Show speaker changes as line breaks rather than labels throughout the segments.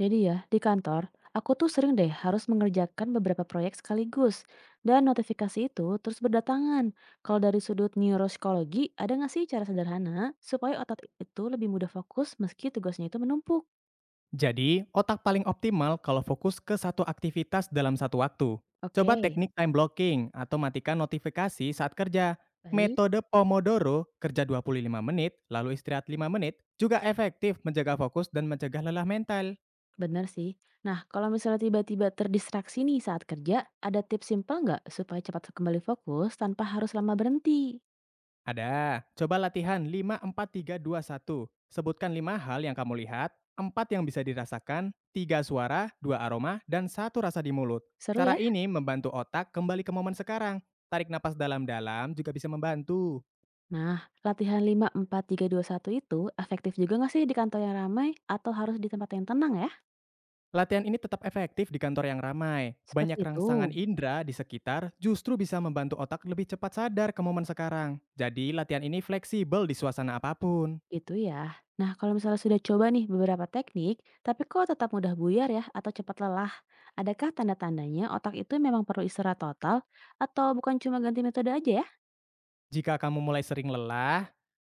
Jadi ya, di kantor, aku tuh sering deh harus mengerjakan beberapa proyek sekaligus. Dan notifikasi itu terus berdatangan. Kalau dari sudut neuropsikologi, ada nggak sih cara sederhana supaya otot itu lebih mudah fokus meski tugasnya itu menumpuk?
Jadi, otak paling optimal kalau fokus ke satu aktivitas dalam satu waktu. Coba
Oke,
teknik time blocking atau matikan notifikasi saat kerja.
baik.
Metode Pomodoro, kerja 25 menit, lalu istirahat 5 menit, juga efektif menjaga fokus dan mencegah lelah mental.
Benar sih. Nah, kalau misalnya tiba-tiba terdistraksi nih saat kerja, ada tips simpel nggak supaya cepat kembali fokus tanpa harus lama berhenti?
Ada. Coba latihan lima empat tiga dua satu. Sebutkan lima hal yang kamu lihat, 4 yang bisa dirasakan, 3 suara, 2 aroma, dan satu rasa di mulut.
Seru ya?
Cara ini membantu otak kembali ke momen sekarang. Tarik napas dalam-dalam juga bisa membantu.
Nah, latihan lima empat tiga dua satu itu efektif juga nggak sih di kantor yang ramai atau harus di tempat yang tenang ya?
Latihan ini tetap efektif di kantor yang ramai. Banyak
Seperti
rangsangan
itu,
indera di sekitar justru bisa membantu otak lebih cepat sadar ke momen sekarang. Jadi latihan ini fleksibel di suasana apapun.
gitu ya. Nah, kalau misalnya sudah coba nih beberapa teknik, tapi kok tetap mudah buyar ya atau cepat lelah, adakah tanda-tandanya otak itu memang perlu istirahat total atau bukan cuma ganti metode aja ya?
Jika kamu mulai sering lelah,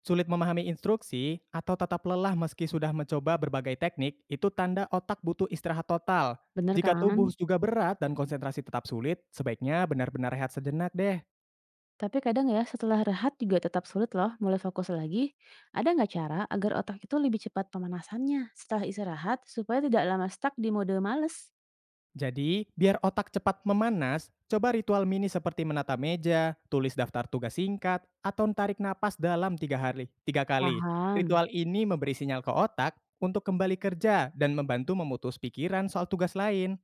sulit memahami instruksi atau tetap lelah meski sudah mencoba berbagai teknik, itu tanda otak butuh istirahat total.
Bener
Jika tubuh
kan?
juga berat dan konsentrasi tetap sulit, sebaiknya benar-benar rehat sejenak deh.
Tapi kadang ya setelah rehat juga tetap sulit loh mulai fokus lagi. Ada nggak cara agar otak itu lebih cepat pemanasannya setelah istirahat supaya tidak lama stuck di mode males?
Jadi, biar otak cepat memanas, coba ritual mini seperti menata meja, tulis daftar tugas singkat, atau tarik napas dalam tiga hari, tiga kali.
Paham.
Ritual ini memberi sinyal ke otak untuk kembali kerja dan membantu memutus pikiran soal tugas lain.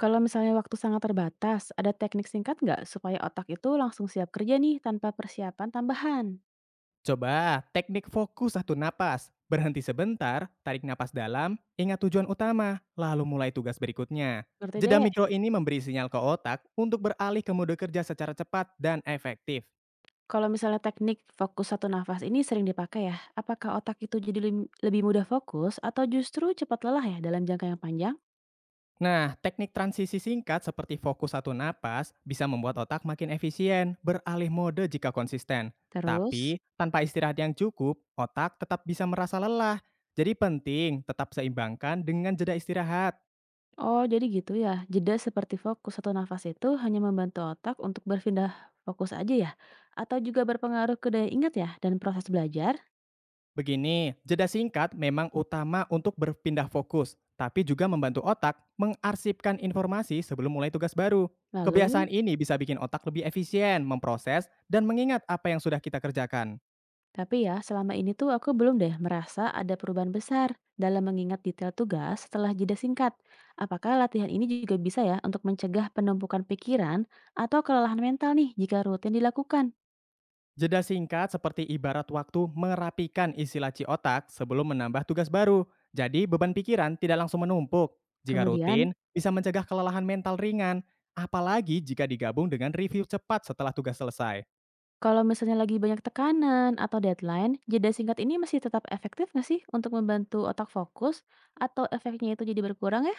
Kalau misalnya waktu sangat terbatas, ada teknik singkat nggak supaya otak itu langsung siap kerja nih tanpa persiapan tambahan?
Coba teknik fokus satu napas. Berhenti sebentar, tarik napas dalam, ingat tujuan utama, lalu mulai tugas berikutnya.
Ngerti
Jeda
deh.
mikro ini memberi sinyal ke otak untuk beralih ke mode kerja secara cepat dan efektif.
Kalau misalnya teknik fokus satu nafas ini sering dipakai ya, apakah otak itu jadi lebih mudah fokus atau justru cepat lelah ya dalam jangka yang panjang?
Nah, teknik transisi singkat seperti fokus satu napas bisa membuat otak makin efisien, beralih mode jika konsisten.
Terus,
Tapi, tanpa istirahat yang cukup, otak tetap bisa merasa lelah. Jadi penting tetap seimbangkan dengan jeda istirahat.
oh jadi gitu ya, jeda seperti fokus satu nafas itu hanya membantu otak untuk berpindah fokus aja ya? Atau juga berpengaruh ke daya ingat ya dan proses belajar?
Begini, jeda singkat memang utama untuk berpindah fokus, tapi juga membantu otak mengarsipkan informasi sebelum mulai tugas baru. Kebiasaan
Lalu,
ini bisa bikin otak lebih efisien, memproses, dan mengingat apa yang sudah kita kerjakan.
tapi ya, selama ini tuh aku belum deh merasa ada perubahan besar dalam mengingat detail tugas setelah jeda singkat. Apakah latihan ini juga bisa ya untuk mencegah penumpukan pikiran atau kelelahan mental nih jika rutin dilakukan?
Jeda singkat seperti ibarat waktu merapikan isi laci otak sebelum menambah tugas baru. Jadi beban pikiran tidak langsung menumpuk. Jika
Kemudian,
rutin, bisa mencegah kelelahan mental ringan, apalagi jika digabung dengan review cepat setelah tugas selesai.
kalau misalnya lagi banyak tekanan atau deadline, jeda singkat ini masih tetap efektif nggak sih untuk membantu otak fokus atau efeknya itu jadi berkurang ya?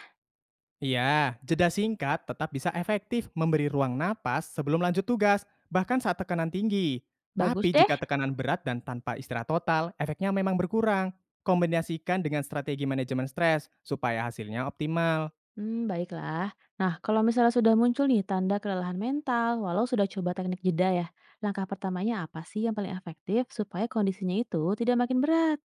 Iya, jeda singkat tetap bisa efektif memberi ruang napas sebelum lanjut tugas, bahkan saat tekanan tinggi.
Bagus
Tapi
deh.
jika tekanan berat dan tanpa istirahat total, efeknya memang berkurang. Kombinasikan dengan strategi manajemen stres supaya hasilnya optimal.
Hmm, baiklah. Nah, kalau misalnya sudah muncul nih tanda kelelahan mental, walau sudah coba teknik jeda ya, langkah pertamanya apa sih yang paling efektif supaya kondisinya itu tidak makin berat?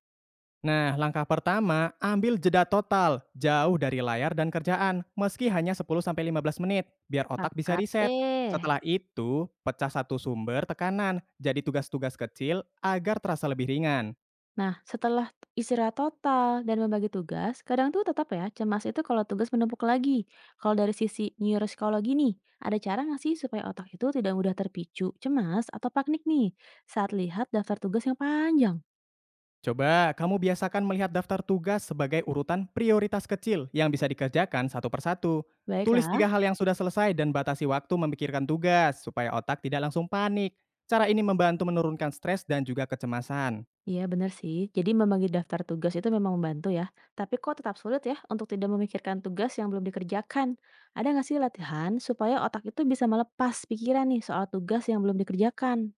Nah, langkah pertama, ambil jeda total, jauh dari layar dan kerjaan, meski hanya 10-15 menit, biar otak bisa
Pakat
reset.
deh.
Setelah itu, pecah satu sumber tekanan, jadi tugas-tugas kecil agar terasa lebih ringan.
Nah, setelah istirahat total dan membagi tugas, kadang tuh tetap ya cemas itu kalau tugas menumpuk lagi. Kalau dari sisi neuropsikologi nih, ada cara nggak sih supaya otak itu tidak mudah terpicu, cemas, atau panik nih saat lihat daftar tugas yang panjang?
Coba kamu biasakan melihat daftar tugas sebagai urutan prioritas kecil yang bisa dikerjakan satu persatu. Tulis
Baiklah.
tiga hal yang sudah selesai dan batasi waktu memikirkan tugas supaya otak tidak langsung panik. Cara ini membantu menurunkan stres dan juga kecemasan.
Iya benar sih, jadi membagi daftar tugas itu memang membantu ya. Tapi kok tetap sulit ya untuk tidak memikirkan tugas yang belum dikerjakan? Ada nggak sih latihan supaya otak itu bisa melepas pikiran nih soal tugas yang belum dikerjakan?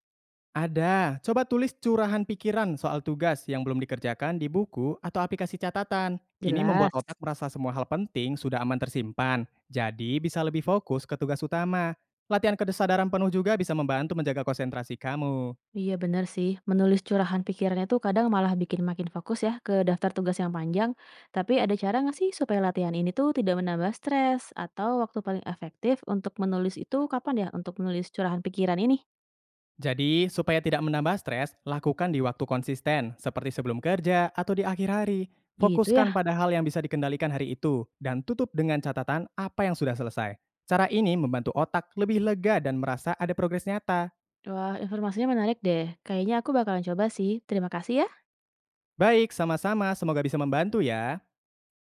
Ada, coba tulis curahan pikiran soal tugas yang belum dikerjakan di buku atau aplikasi catatan. Ini
Jelas.
membuat otak merasa semua hal penting sudah aman tersimpan, jadi bisa lebih fokus ke tugas utama. Latihan kesadaran penuh juga bisa membantu menjaga konsentrasi kamu.
Iya benar sih, menulis curahan pikiran itu kadang malah bikin makin fokus ya ke daftar tugas yang panjang. Tapi ada cara nggak sih supaya latihan ini tuh tidak menambah stres? Atau waktu paling efektif untuk menulis itu kapan ya untuk menulis curahan pikiran ini?
Jadi, supaya tidak menambah stres, lakukan di waktu konsisten, seperti sebelum kerja atau di akhir hari.
Gitu
Fokuskan
ya.
pada hal yang bisa dikendalikan hari itu, dan tutup dengan catatan apa yang sudah selesai. Cara ini membantu otak lebih lega dan merasa ada progres nyata.
Wah, informasinya menarik deh. Kayaknya aku bakalan coba sih. Terima kasih ya.
Baik, sama-sama. Semoga bisa membantu ya.